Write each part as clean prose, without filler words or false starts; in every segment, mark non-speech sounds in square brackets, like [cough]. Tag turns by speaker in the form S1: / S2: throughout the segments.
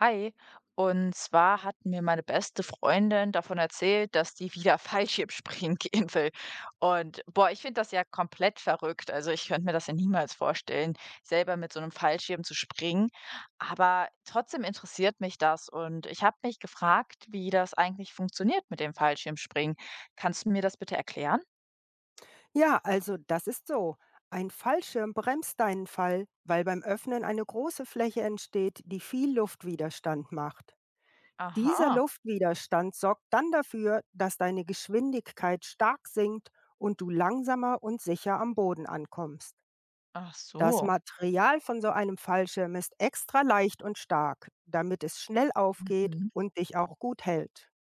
S1: Hi. Und zwar hat mir meine beste Freundin davon erzählt, dass die wieder Fallschirmspringen [laughs] gehen will. Und boah, ich finde das ja komplett verrückt. Also ich könnte mir das ja niemals vorstellen, selber mit so einem Fallschirm zu springen. Aber trotzdem interessiert mich das. Und ich habe mich gefragt, wie das eigentlich funktioniert mit dem Fallschirmspringen. Kannst du mir das bitte erklären?
S2: Ja, also das ist so. Ein Fallschirm bremst deinen Fall, weil beim Öffnen eine große Fläche entsteht, die viel Luftwiderstand macht. Dieser
S1: Aha.
S2: Luftwiderstand sorgt dann dafür, dass deine Geschwindigkeit stark sinkt und du langsamer und sicher am Boden ankommst.
S1: Ach
S2: Das
S1: so.
S2: Material von so einem Fallschirm ist extra leicht und stark, damit es schnell aufgeht
S1: Mhm.
S2: und dich auch gut hält.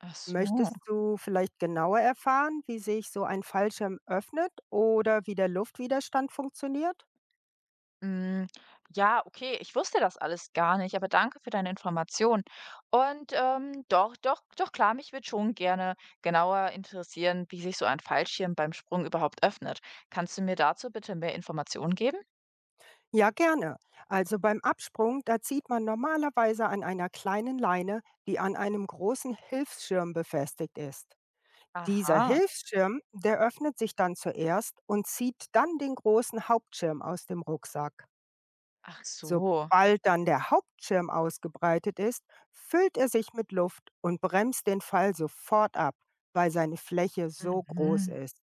S1: Ach so.
S2: Möchtest du vielleicht genauer erfahren, wie sich so ein Fallschirm öffnet oder wie der Luftwiderstand funktioniert?
S1: Hm, ja, okay, ich wusste das alles gar nicht, aber danke für deine Information. Und, doch, doch, doch klar, mich würde schon gerne genauer interessieren, wie sich so ein Fallschirm beim Sprung überhaupt öffnet. Kannst du mir dazu bitte mehr Informationen geben?
S2: Ja, gerne. Also beim Absprung, da zieht man normalerweise an einer kleinen Leine, die an einem großen Hilfsschirm befestigt ist. Dieser
S1: Aha,
S2: Hilfsschirm, der öffnet sich dann zuerst und zieht dann den großen Hauptschirm aus dem Rucksack.
S1: ach so.
S2: Sobald dann der Hauptschirm ausgebreitet ist, füllt er sich mit Luft und bremst den Fall sofort ab, weil seine Fläche so groß
S1: Mhm,
S2: ist.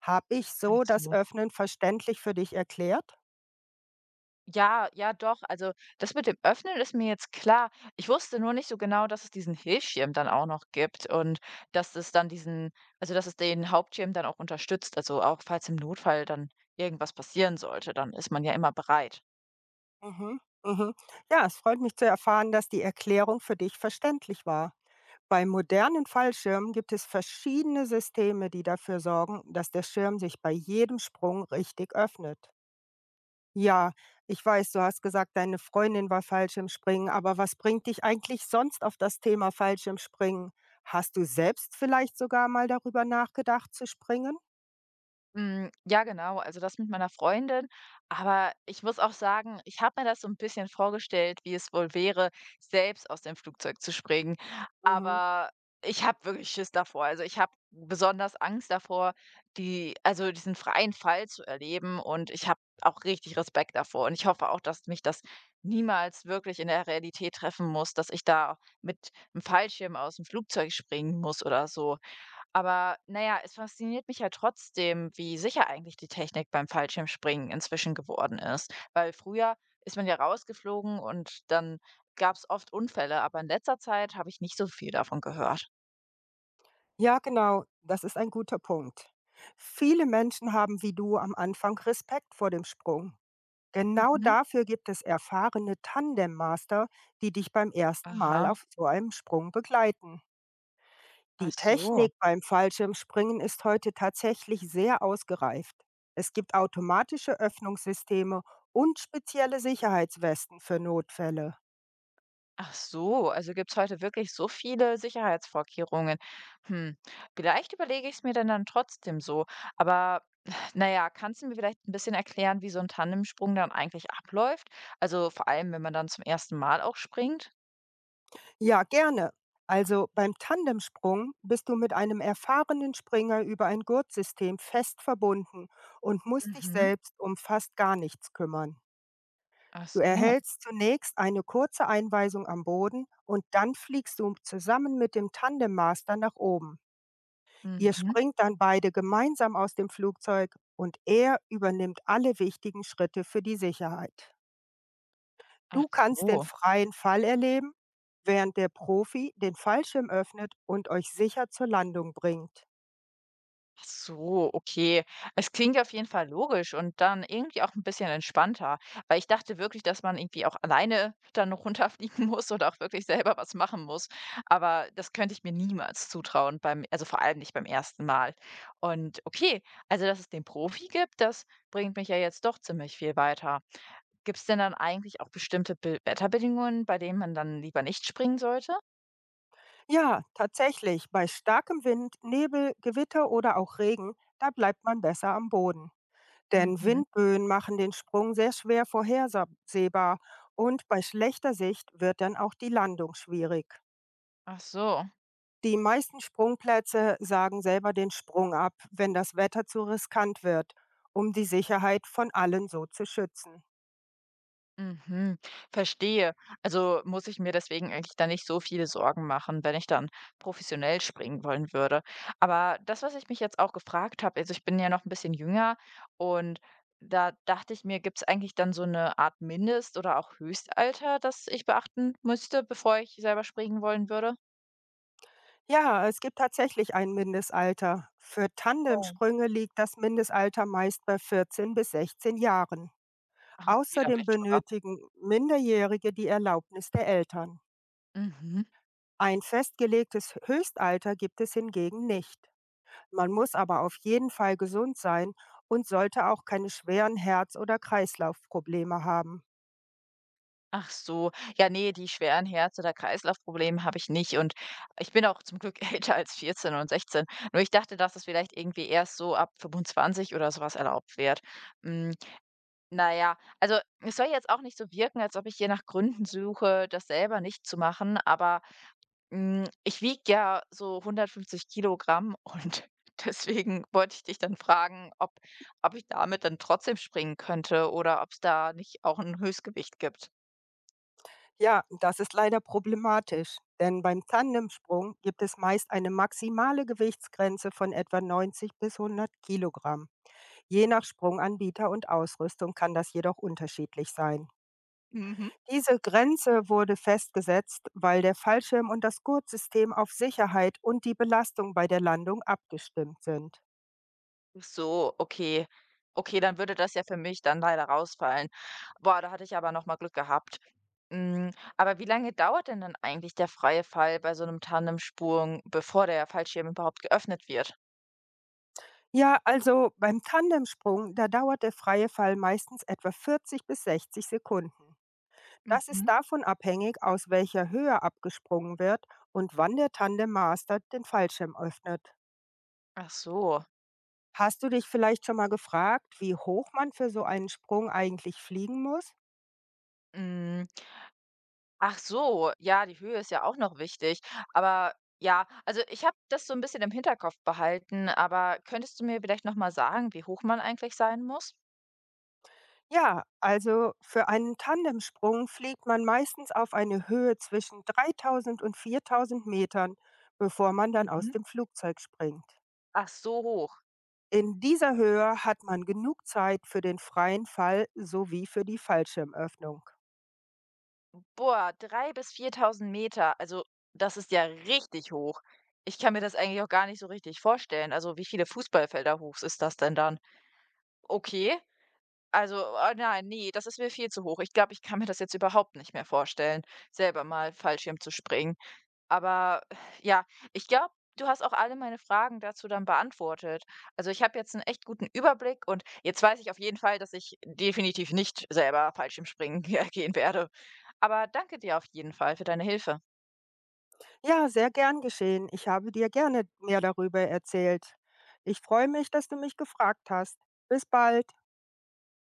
S2: Hab ich
S1: ach
S2: so das
S1: so.
S2: Öffnen verständlich für dich erklärt?
S1: Ja, ja doch. Also, das mit dem Öffnen ist mir jetzt klar. Ich wusste nur nicht so genau, dass es diesen Hilfsschirm dann auch noch gibt und dass es dann diesen, also, dass es den Hauptschirm dann auch unterstützt. Also, auch falls im Notfall dann irgendwas passieren sollte, dann ist man ja immer bereit.
S2: Mhm, mhm. Ja, es freut mich zu erfahren, dass die Erklärung für dich verständlich war. Bei modernen Fallschirmen gibt es verschiedene Systeme, die dafür sorgen, dass der Schirm sich bei jedem Sprung richtig öffnet. Ja, ich weiß, du hast gesagt, deine Freundin war Fallschirmspringen, aber was bringt dich eigentlich sonst auf das Thema Fallschirmspringen? Hast du selbst vielleicht sogar mal darüber nachgedacht zu springen?
S1: Hm, ja, genau, also das mit meiner Freundin. Aber ich muss auch sagen, ich habe mir das so ein bisschen vorgestellt, wie es wohl wäre, selbst aus dem Flugzeug zu springen.
S2: Mhm.
S1: Aber ich habe wirklich Schiss davor. Also, ich habe besonders Angst davor, die also diesen freien Fall zu erleben, und ich habe auch richtig Respekt davor. Und ich hoffe auch, dass mich das niemals wirklich in der Realität treffen muss, dass ich da mit einem Fallschirm aus dem Flugzeug springen muss oder so. Aber naja, es fasziniert mich ja trotzdem, wie sicher eigentlich die Technik beim Fallschirmspringen inzwischen geworden ist. Weil früher ist man ja rausgeflogen und dann gab es oft Unfälle, aber in letzter Zeit habe ich nicht so viel davon gehört.
S2: Ja, genau, das ist ein guter Punkt. Viele Menschen haben wie du am Anfang Respekt vor dem Sprung. Genau
S1: Mhm.
S2: dafür gibt es erfahrene Tandem-Master, die dich beim ersten Mal
S1: Aha,
S2: auf so einem Sprung begleiten. Die
S1: ach so.
S2: Technik beim Fallschirmspringen ist heute tatsächlich sehr ausgereift. Es gibt automatische Öffnungssysteme und spezielle Sicherheitswesten für Notfälle.
S1: Ach so, also gibt's heute wirklich so viele Sicherheitsvorkehrungen. Hm, vielleicht überlege ich es mir denn dann trotzdem so. Aber [sighs] naja, kannst du mir vielleicht ein bisschen erklären, wie so ein Tandemsprung dann eigentlich abläuft? Also vor allem, wenn man dann zum ersten Mal auch springt?
S2: Ja, gerne. Also beim Tandemsprung bist du mit einem erfahrenen Springer über ein Gurtsystem fest verbunden und musst dich
S1: Mhm.
S2: selbst um fast gar nichts kümmern.
S1: Ach
S2: Du
S1: so.
S2: erhältst zunächst eine kurze Einweisung am Boden und dann fliegst du zusammen mit dem Tandemmaster nach oben. Ihr
S1: Mhm.
S2: springt dann beide gemeinsam aus dem Flugzeug und er übernimmt alle wichtigen Schritte für die Sicherheit.
S1: Ach
S2: Du kannst den
S1: so.
S2: freien Fall erleben, während der Profi den Fallschirm öffnet und euch sicher zur Landung bringt.
S1: Ach so, okay. Es klingt ja auf jeden Fall logisch und dann irgendwie auch ein bisschen entspannter, weil ich dachte wirklich, dass man irgendwie auch alleine [laughs] dann noch runterfliegen muss oder auch wirklich selber was machen muss. Aber das könnte ich mir niemals zutrauen beim, also, vor allem nicht beim ersten Mal. Und okay, also, dass es den Profi gibt, das bringt mich ja jetzt doch ziemlich viel weiter. Gibt's denn dann eigentlich auch bestimmte Be Wetterbedingungen, bei denen man dann lieber nicht springen sollte?
S2: Ja, tatsächlich, bei starkem Wind, Nebel, Gewitter oder auch Regen, da bleibt man besser am Boden. Denn
S1: Mhm.
S2: Windböen machen den Sprung sehr schwer vorhersehbar und bei schlechter Sicht wird dann auch die Landung schwierig.
S1: Ach so.
S2: Die meisten Sprungplätze sagen selber den Sprung ab, wenn das Wetter zu riskant wird, um die Sicherheit von allen so zu schützen.
S1: Mhm, verstehe. Also muss ich mir deswegen eigentlich da nicht so viele Sorgen machen, wenn ich dann professionell springen wollen würde. Aber das, was ich mich jetzt auch gefragt habe, also ich bin ja noch ein bisschen jünger, und da dachte ich mir, gibt es eigentlich dann so eine Art Mindest- oder auch Höchstalter, das ich beachten müsste, bevor ich selber springen wollen würde?
S2: Ja, es gibt tatsächlich ein Mindestalter. Für
S1: Oh.
S2: Tandemsprünge liegt das Mindestalter meist bei 14 bis 16 Jahren.
S1: Ah, okay, da bin
S2: Außerdem
S1: ich drüber.
S2: benötigen Minderjährige die Erlaubnis der Eltern.
S1: Mhm.
S2: Ein festgelegtes Höchstalter gibt es hingegen nicht. Man muss aber auf jeden Fall gesund sein und sollte auch keine schweren Herz- oder Kreislaufprobleme haben.
S1: Ach so. Ja, nee, die schweren Herz- oder Kreislaufprobleme habe ich nicht, und ich bin auch zum Glück [laughs] älter als 14 und 16. Nur ich dachte, dass es vielleicht irgendwie erst so ab 25 oder sowas erlaubt wird. Hm, na ja, also, es soll jetzt auch nicht so wirken, als ob ich hier nach Gründen suche, das selber nicht zu machen, aber, hm, ich wiege ja so 150 Kilogramm, und [laughs] deswegen wollte ich dich dann fragen, ob ich damit dann trotzdem springen könnte oder ob es da nicht auch ein Höchstgewicht gibt.
S2: Ja, das ist leider problematisch, denn beim Tandemsprung gibt es meist eine maximale Gewichtsgrenze von etwa 90 bis 100 Kilogramm. Je nach Sprunganbieter und Ausrüstung kann das jedoch unterschiedlich sein.
S1: Mhm.
S2: Diese Grenze wurde festgesetzt, weil der Fallschirm und das Gurtsystem auf Sicherheit und die Belastung bei der Landung abgestimmt sind.
S1: Ach so, okay. Okay, dann würde das ja für mich dann leider rausfallen. Boah, da hatte ich aber noch mal Glück gehabt. Hm, aber wie lange dauert denn dann eigentlich der freie Fall bei so 'nem Tandemsprung, bevor der Fallschirm überhaupt geöffnet wird?
S2: Ja, also beim Tandemsprung, da dauert der freie Fall meistens etwa 40 bis 60 Sekunden. Das ist
S1: Mhm.
S2: davon abhängig, aus welcher Höhe abgesprungen wird und wann der Tandemmaster den Fallschirm öffnet.
S1: Ach so.
S2: Hast du dich vielleicht schon mal gefragt, wie hoch man für so einen Sprung eigentlich fliegen muss?
S1: Hm, ach so, ja, die Höhe ist ja auch noch wichtig. Aber ja, also, ich habe das so ein bisschen im Hinterkopf behalten, aber könntest du mir vielleicht noch mal sagen, wie hoch man eigentlich sein muss?
S2: Ja, also für einen Tandemsprung fliegt man meistens auf eine Höhe zwischen 3000 und 4000 Metern, bevor man dann aus
S1: Mhm.
S2: dem Flugzeug springt.
S1: Ach, so hoch.
S2: In dieser Höhe hat man genug Zeit für den freien Fall sowie für die Fallschirmöffnung.
S1: Boah, 3.000 bis 4.000 Meter. Also, das ist ja richtig hoch. Ich kann mir das eigentlich auch gar nicht so richtig vorstellen. Also, wie viele Fußballfelder hoch ist das denn dann? Okay. Also, nein, nee, das ist mir viel zu hoch. Ich glaube, ich kann mir das jetzt überhaupt nicht mehr vorstellen, selber mal Fallschirm zu springen. Aber ja, ich glaube, du hast auch alle meine Fragen dazu dann beantwortet. Also, ich habe jetzt einen echt guten Überblick, und jetzt weiß ich auf jeden Fall, dass ich definitiv nicht selber Fallschirmspringen [laughs] gehen werde. Aber danke dir auf jeden Fall für deine Hilfe.
S2: Ja, sehr gern geschehen. Ich habe dir gerne mehr darüber erzählt. Ich freue mich, dass du mich gefragt hast. Bis bald.